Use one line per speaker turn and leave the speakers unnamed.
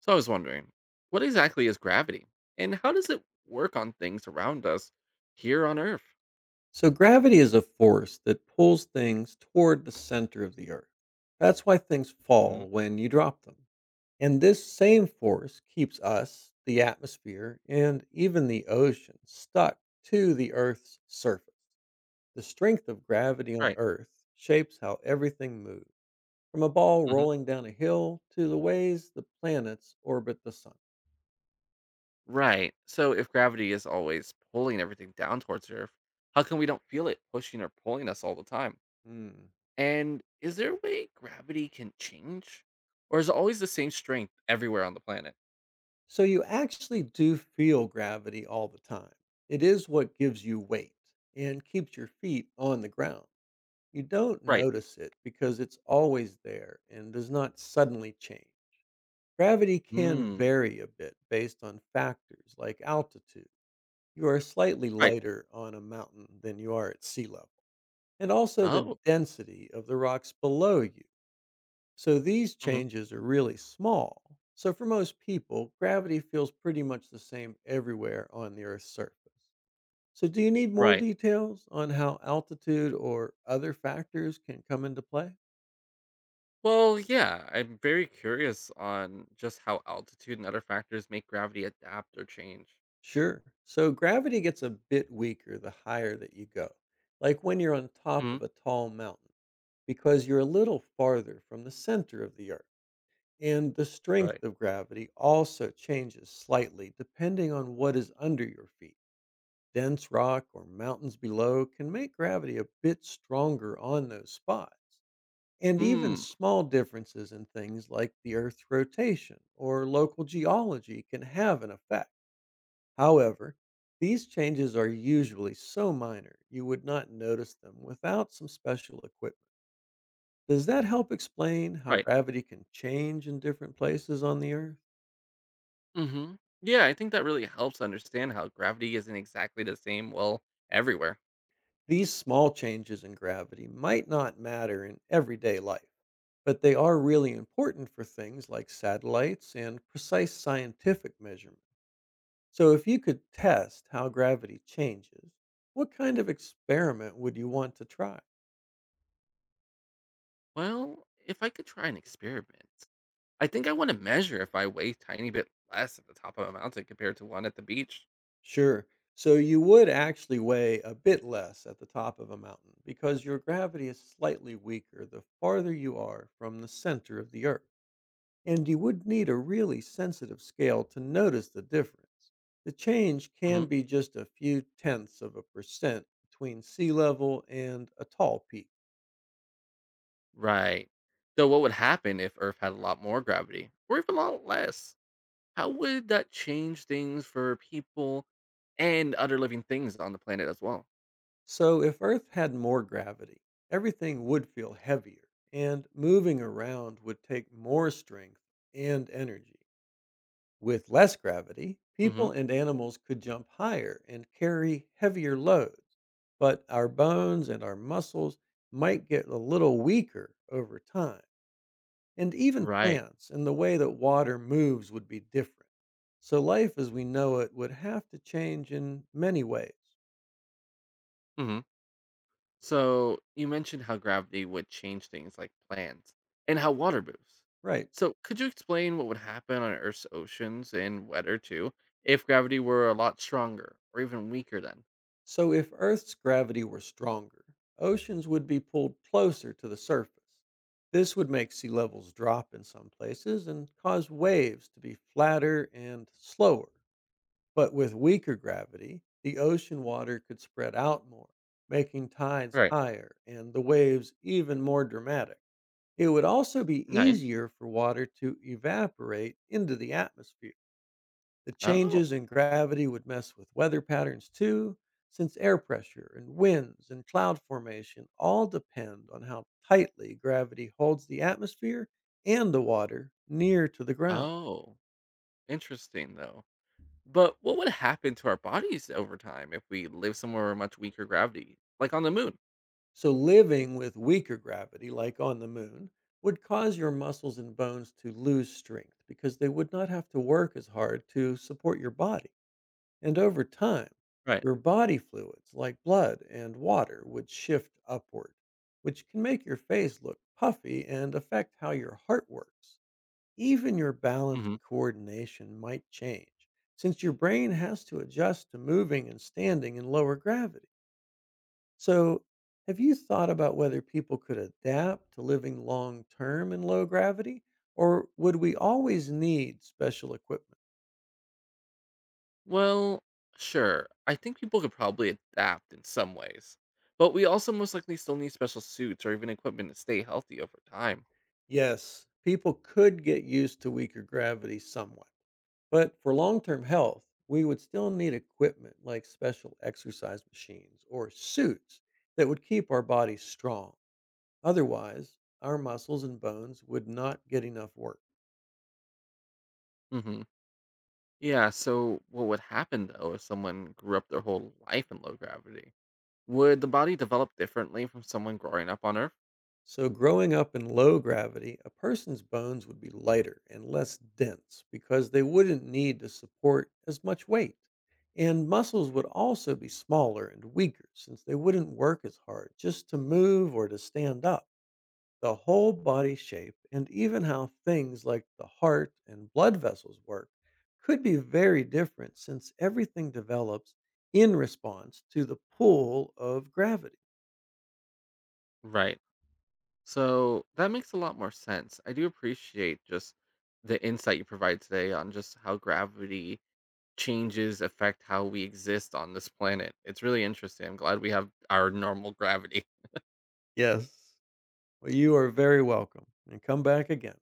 So I was wondering, what exactly is gravity and how does it work on things around us here on Earth?
So, gravity is a force that pulls things toward the center of the Earth. That's why things
Hmm.
fall when you drop them. And this same force keeps us, the atmosphere, and even the ocean stuck to the Earth's surface. The strength of gravity on
Right.
Earth shapes how everything moves, from a ball
Hmm.
rolling down a hill to the ways the planets orbit the sun.
Right. So if gravity is always pulling everything down towards Earth, how come we don't feel it pushing or pulling us all the time?
Hmm.
And is there a way gravity can change? Or is it always the same strength everywhere on the planet?
So you actually do feel gravity all the time. It is what gives you weight and keeps your feet on the ground. You don't
Right.
notice it because it's always there and does not suddenly change. Gravity can
Mm.
vary a bit based on factors like altitude. You are slightly
Right.
lighter on a mountain than you are at sea level, and also the
Oh.
density of the rocks below you. So these
Hmm.
changes are really small. So for most people, gravity feels pretty much the same everywhere on the Earth's surface. So do you need more
Right.
details on how altitude or other factors can come into play?
Well, yeah, I'm very curious on just how altitude and other factors make gravity adapt or change.
Sure. So gravity gets a bit weaker the higher that you go, like when you're on top
Hmm.
of a tall mountain, because you're a little farther from the center of the Earth. And the strength
Right.
of gravity also changes slightly depending on what is under your feet. Dense rock or mountains below can make gravity a bit stronger on those spots. And even
Mm,
small differences in things like the Earth's rotation or local geology can have an effect. However, these changes are usually so minor you would not notice them without some special equipment. Does that help explain how
right.
gravity can change in different places on the Earth?
Hmm. Yeah, I think that really helps understand how gravity isn't exactly the same, well, everywhere.
These small changes in gravity might not matter in everyday life, but they are really important for things like satellites and precise scientific measurement. So, if you could test how gravity changes, what kind of experiment would you want to try?
Well, if I could try an experiment, I think I want to measure if I weigh tiny bit less at the top of a mountain compared to one at the beach.
Sure. So, you would actually weigh a bit less at the top of a mountain because your gravity is slightly weaker the farther you are from the center of the Earth. And you would need a really sensitive scale to notice the difference. The change
Hmm.
can be just a few tenths of a percent between sea level and a tall peak.
Right. So what would happen if Earth had a lot more gravity, or even a lot less? How would that change things for people and other living things on the planet as well?
So, if Earth had more gravity, everything would feel heavier, and moving around would take more strength and energy. With less gravity,
Hmm.
people and animals could jump higher and carry heavier loads, but our bones and our muscles might get a little weaker over time. And even
Right.
plants and the way that water moves would be different. So life as we know it would have to change in many ways.
Hmm. So you mentioned how gravity would change things like plants and how water moves.
Right.
So could you explain what would happen on Earth's oceans and weather too if gravity were a lot stronger or even weaker then?
So if Earth's gravity were stronger, oceans would be pulled closer to the surface. This would make sea levels drop in some places and cause waves to be flatter and slower. But with weaker gravity, the ocean water could spread out more, making tides
Right.
higher and the waves even more dramatic. It would also be
Nice.
easier for water to evaporate into the atmosphere. The changes
Oh,
in gravity would mess with weather patterns too, since air pressure and winds and cloud formation all depend on how tightly gravity holds the atmosphere and the water near to the ground.
oh, interesting though. But what would happen to our bodies over time if we live somewhere with much weaker gravity, like on the moon?
So, living with weaker gravity, like on the moon, would cause your muscles and bones to lose strength because they would not have to work as hard to support your body. And over time,
Right.
your body fluids like blood and water would shift upward, which can make your face look puffy and affect how your heart works. Even your balance
Hmm.
and coordination might change since your brain has to adjust to moving and standing in lower gravity. So, have you thought about whether people could adapt to living long term in low gravity, or would we always need special equipment?
Well, sure. I think people could probably adapt in some ways, but we also most likely still need special suits or even equipment to stay healthy over time.
Yes, people could get used to weaker gravity somewhat, but for long term health, we would still need equipment like special exercise machines or suits that would keep our bodies strong. Otherwise, our muscles and bones would not get enough work.
Hmm. Yeah, so what would happen though if someone grew up their whole life in low gravity? Would the body develop differently from someone growing up on Earth?
So, growing up in low gravity, a person's bones would be lighter and less dense because they wouldn't need to support as much weight. And muscles would also be smaller and weaker since they wouldn't work as hard just to move or to stand up. The whole body shape and even how things like the heart and blood vessels work could be very different since everything develops in response to the pull of gravity.
Right. So that makes a lot more sense. I do appreciate just the insight you provide today on just how gravity changes affect how we exist on this planet. It's really interesting. I'm glad we have our normal gravity.
Yes. Well, you are very welcome, and come back again.